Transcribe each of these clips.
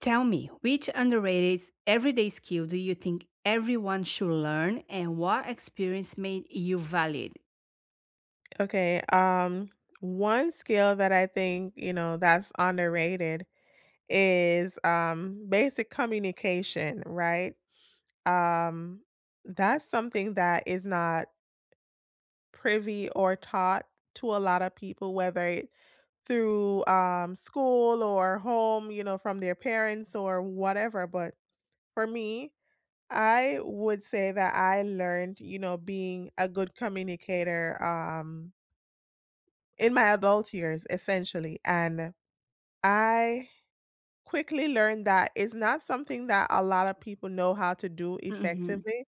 Tell me, which underrated everyday skill do you think everyone should learn and what experience made you valid? Okay, um, one skill that I think, you know, that's underrated is basic communication, right? Um, that's something that is not privy or taught to a lot of people, whether it through school or home, you know, from their parents or whatever. But for me, I would say that I learned, you know, being a good communicator, in my adult years, essentially. And I quickly learned that it's not something that a lot of people know how to do Mhm. effectively.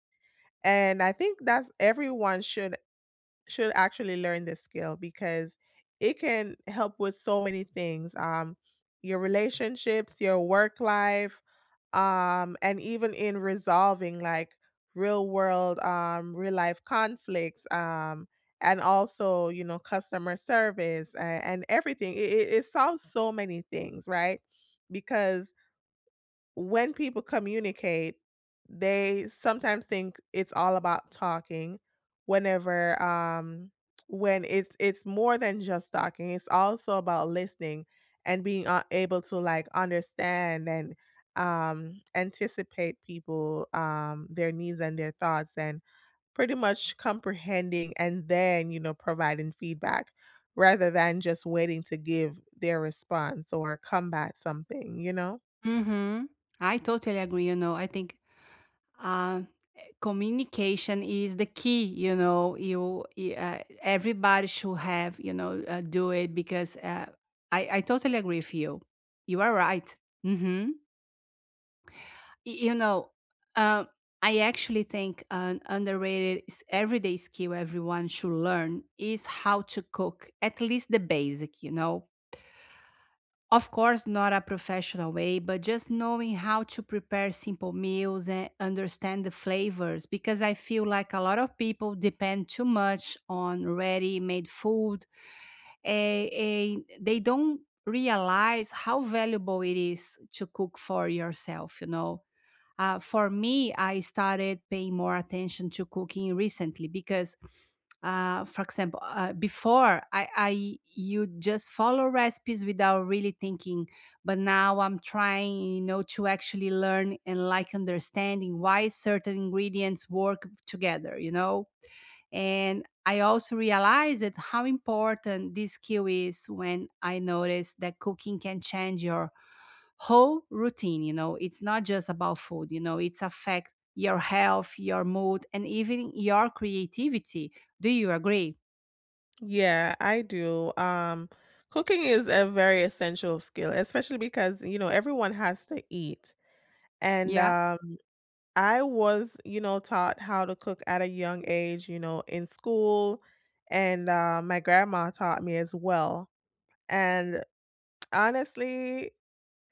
And I think that's everyone should actually learn this skill because it can help with so many things. Your relationships, your work life, and even in resolving like real world real life conflicts and also, you know, customer service and everything. It solves so many things, right? Because when people communicate, they sometimes think it's all about talking whenever um when it's more than just talking. It's also about listening and being able to like understand and anticipate people, their needs and their thoughts, and pretty much comprehending and then, you know, providing feedback rather than just waiting to give their response or combat something, you know. Mhm. I totally agree, you know. I think uh communication is the key, you know. Everybody should have, you know, do it because. I totally agree with you. You are right. Mhm. You know, um, I actually think an underrated everyday skill everyone should learn is how to cook, at least the basic, you know. Of course, not a professional way, but just knowing how to prepare simple meals and understand the flavors. Because I feel like a lot of people depend too much on ready made food. And they don't realize how valuable it is to cook for yourself, you know. For me, I started paying more attention to cooking recently because, for example, before I you just follow recipes without really thinking, but now I'm trying, you know, to actually learn and like understanding why certain ingredients work together, you know. And I also realized that how important this skill is when I noticed that cooking can change your whole routine, you know. It's not just about food, you know, it's affect your health, your mood, and even your creativity. Do you agree? Yeah, I do. Cooking is a very essential skill, especially because, you know, everyone has to eat. And Yeah. I was, you know, taught how to cook at a young age, you know, in school. And my grandma taught me as well. And honestly,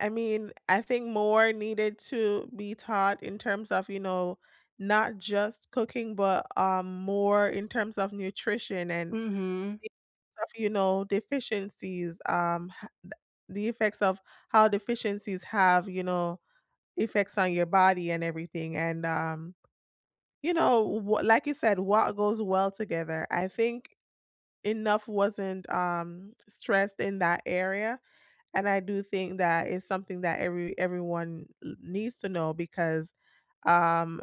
I mean, I think more needed to be taught in terms of, you know, not just cooking, but more in terms of nutrition and Mhm. of, you know, deficiencies, the effects of how deficiencies have, you know, effects on your body and everything. And, you know, like you said, what goes well together. I think enough wasn't stressed in that area. And I do think that is something that everyone needs to know because, um,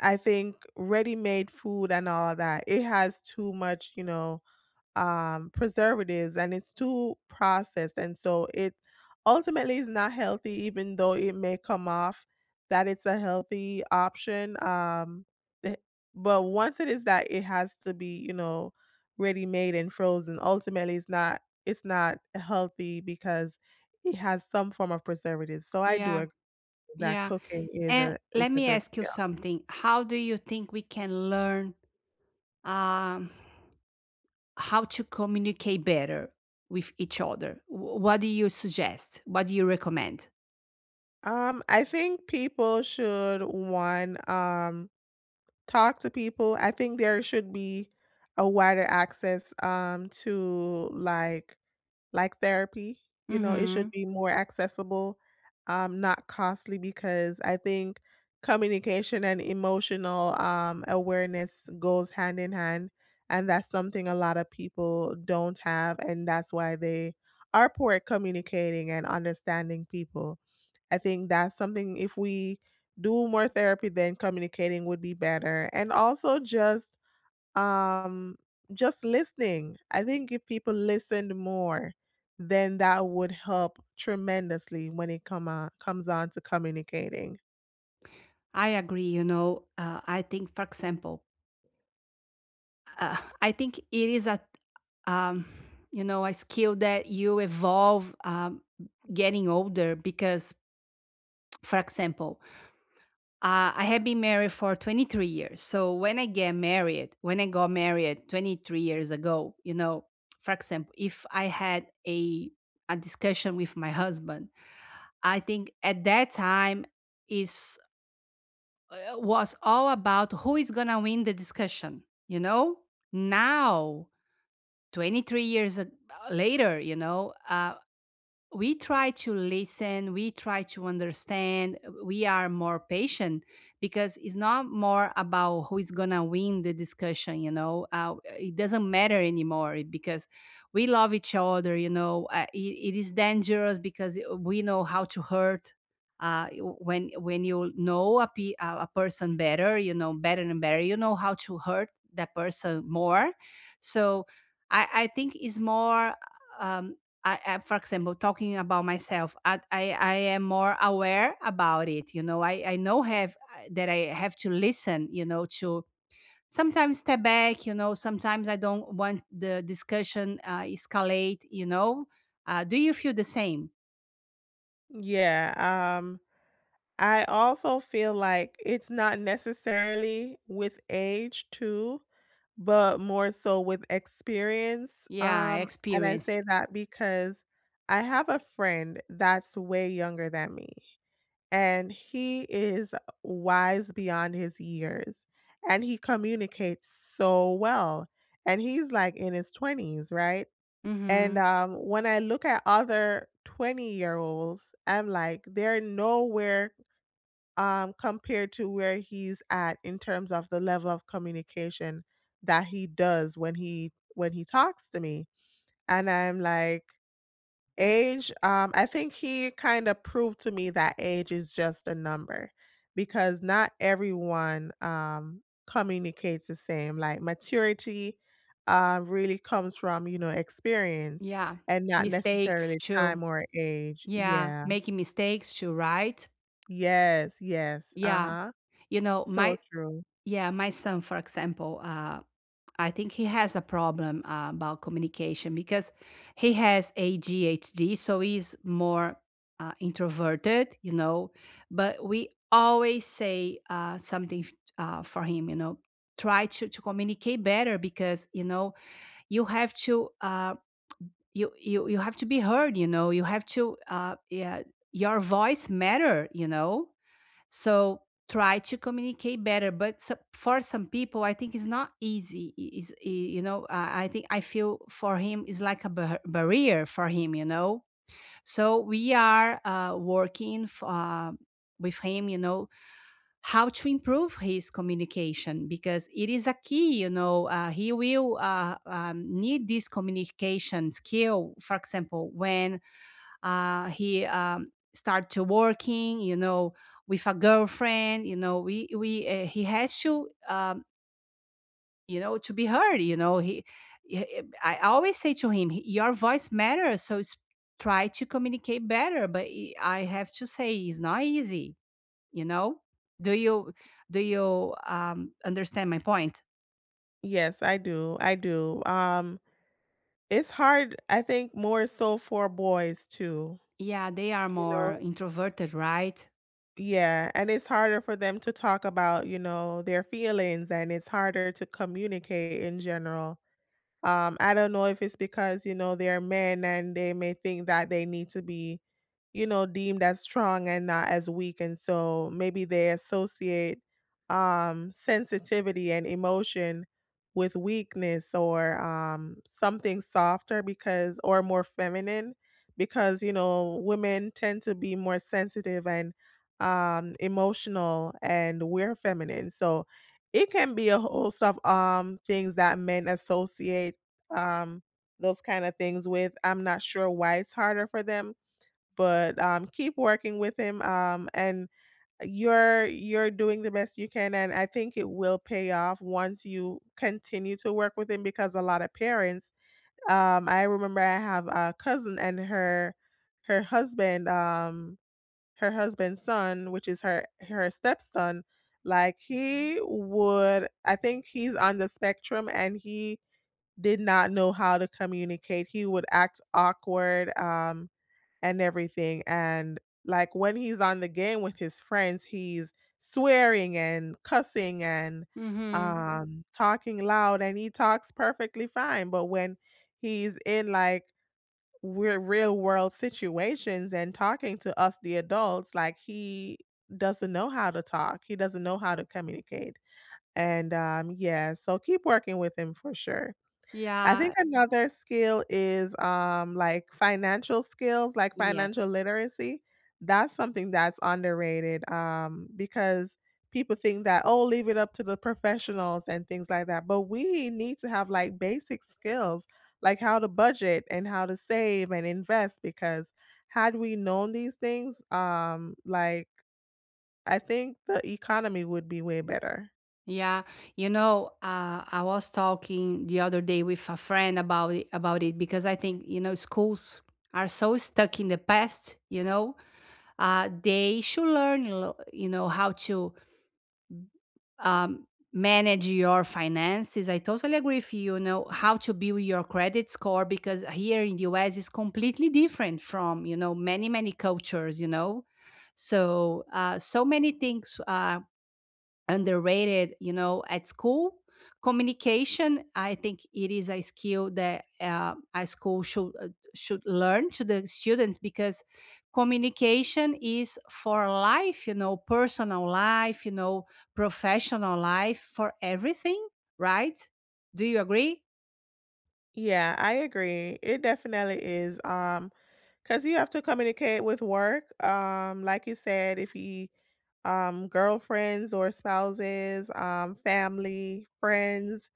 I think ready-made food and all of that, it has too much, you know, preservatives and it's too processed. And so it ultimately is not healthy, even though it may come off that it's a healthy option. The- but once it is that, it has to be, you know, ready made and frozen. Ultimately, it's not healthy because it has some form of preservative. So I do Yeah. agree that Yeah. cooking is And a is let a me good ask you skill. something. How do you think we can learn um how to communicate better with each other? What do you suggest? What do you recommend? I think people should one talk to people. I think there should be a wider access to like therapy, you know. It should Mm-hmm. be more accessible, not costly, because I think communication and emotional, awareness goes hand in hand, and that's something a lot of people don't have, and that's why they are poor at communicating and understanding people. I think that's something if we do more therapy, then communicating would be better, and also um, just listening. I think if people listened more, then that would help tremendously when it comes on to communicating. I agree. You know, I think, for example, I think it is a um, you know, a skill that you evolve getting older because for example, I have been married for 23 years. So when I get married, when I got married 23 years ago, you know, for example, if I had a discussion with my husband, I think at that time is was all about who is gonna win the discussion, you know. Now, 23 years ag- later, you know, we try to listen, we try to understand. We are more patient because it's not more about who is gonna win the discussion, you know. It doesn't matter anymore because we love each other, you know. It is dangerous because we know how to hurt. When you know a person better, you know, better and better, you know how to hurt that person more. So I think it's more, um, I for example, talking about myself, I I am more aware about it, you know. I know have, that I have to listen, you know, to sometimes step back, you know, sometimes I don't want the discussion escalate, you know. Do you feel the same? Yeah, I also feel like it's not necessarily with age too, but more so with experience. Yeah, I And I experience say it. that because I have a friend that's way younger than me. And he is wise beyond his years, and he communicates so well, and he's like in his 20s, right? And Mm-hmm. When I look at other 20-year olds, I'm like, they're nowhere compared to where he's at in terms of the level of communication that he does when he talks to me. And I'm like, age, I think he kinda proved to me that age is just a number because not everyone, communicates the same. Like, maturity, really comes from, you know, experience Yeah. and not Mistakes necessarily too. time or age. Yeah, Yeah. making mistakes too, right? Yes, yes, Yeah. uh-huh. you know So my true. Yeah, my son for example, I think he has a problem about communication because he has ADHD, so he's more introverted, you know. But we always say for him, you know. Try to communicate better because you know you have to you have to be heard, you know. You have to yeah, your voice matter, you know. So try to communicate better. But for some people, I think it's not easy. You know, I think I feel for him is like a barrier for him. You know, so we are working with him. You know, how to improve his communication because it is a key, you know. He will need this communication skill, for example, when he start to working, you know, with a girlfriend, you know. We he has to you know, to be heard, you know. I always say to him, your voice matters. So it's try to communicate better, but I have to say it's not easy, you know. Do you understand my point? Yes, I do, I do. It's hard, I think, more so for boys too, Yeah, they are you know? more introverted, right? Yeah, and it's harder for them to talk about, you know, their feelings, and it's harder to communicate in general. I don't know if it's because, you know, they're men and they may think that they need to be, you know, deemed as strong and not as weak. And so maybe they associate sensitivity and emotion with weakness or something softer, because or more feminine, because, you know, women tend to be more sensitive and emotional and we're feminine. So it can be a host of things that men associate um, those kind of things with. I'm not sure why it's harder for them, but keep working with him. And you're doing the best you can, and I think it will pay off once you continue to work with him, because a lot of parents. I remember I have a cousin and her husband, her husband's son, which is her stepson. Like, he would, I think he's on the spectrum, and he did not know how to communicate. He would act awkward, and everything. And like when he's on the game with his friends, he's swearing and cussing and. Mm-hmm. Mhm. Talking loud, and he talks perfectly fine. But when he's in like we're real world situations and talking to us the adults, like, he doesn't know how to talk. He doesn't know how to communicate. And yeah, so keep working with him for sure. I think Yeah. another skill is, like, financial skills, like, financial Yes. literacy. That's something that's underrated, because people think that, "Oh, leave it up to the professionals," and things like that, but we need to have, like, basic skills, like how to budget and how to save and invest, because had we known these things, like, I think the economy would be way better. Yeah, you know, I was talking the other day with a friend about it because I think you know schools are so stuck in the past. You know, they should you know, how to um, manage your finances. I totally agree with you. You know how to build your credit score because here in the US is completely different from, you know, many many cultures. You know, so so many things. Underrated, you know, at school. Communication, I think it is a skill that a school should learn to the students because communication is for life, you know, personal life, you know, professional life, for everything, right? Do you agree? Yeah, I agree. It definitely is, because you have to communicate with work. Like you said, if you girlfriends or spouses, family, friends.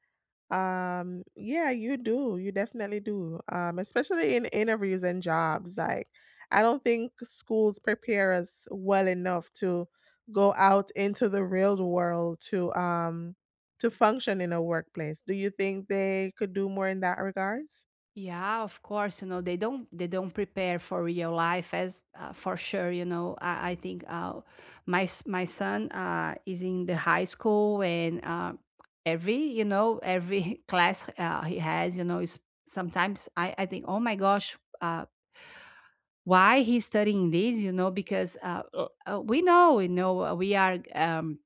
Yeah, you do. You definitely do. Especially in interviews and jobs. Like, I don't think schools prepare us well enough to go out into the real world to function in a workplace. Do you think they could do more in that regards? Yeah, of course, you know, they don't prepare for real life as for sure, you know. I think my son is in the high school and every, you know, every class he has, you know, is sometimes I think, oh my gosh, why he's studying this, you know, because we know, you know, we are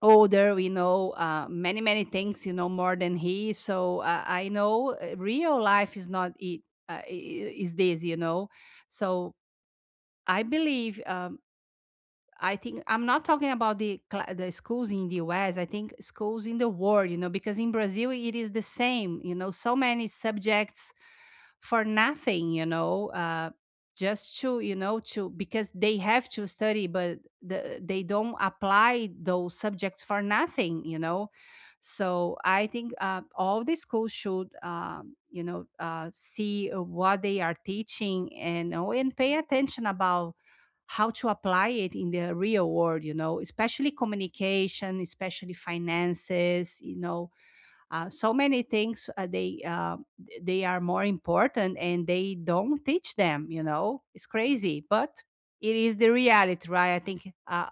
older, we know many many things, you know, more than he. So I know real life is not it. uh, i- is this, you know. So I believe, I think I'm not talking about the schools in the US. I think schools in the world, you know, because in Brazil it is the same, you know, so many subjects for nothing, you know. Just to, you know, to because they have to study, but they don't apply those subjects for nothing, you know. So I think all the schools should, you know, see what they are teaching and oh, and pay attention about how to apply it in the real world, you know, especially communication, especially finances, you know. So many things they they are more important and they don't teach them. You know, it's crazy, but it is the reality, right? I think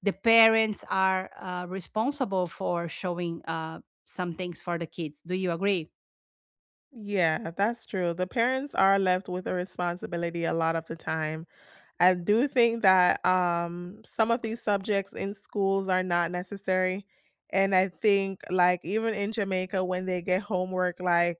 the parents are responsible for showing some things for the kids. Do you agree? Yeah, that's true. The parents are left with a responsibility a lot of the time. I do think that some of these subjects in schools are not necessary. And I think, like, even in Jamaica, when they get homework, like,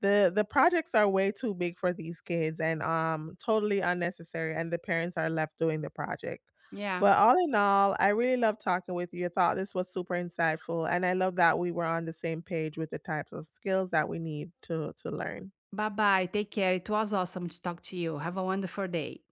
the projects are way too big for these kids and totally unnecessary, and the parents are left doing the project. Yeah. But all in all, I really love talking with you. I thought this was super insightful, and I love that we were on the same page with the types of skills that we need to learn. Bye bye. Take care. It was awesome to talk to you. Have a wonderful day.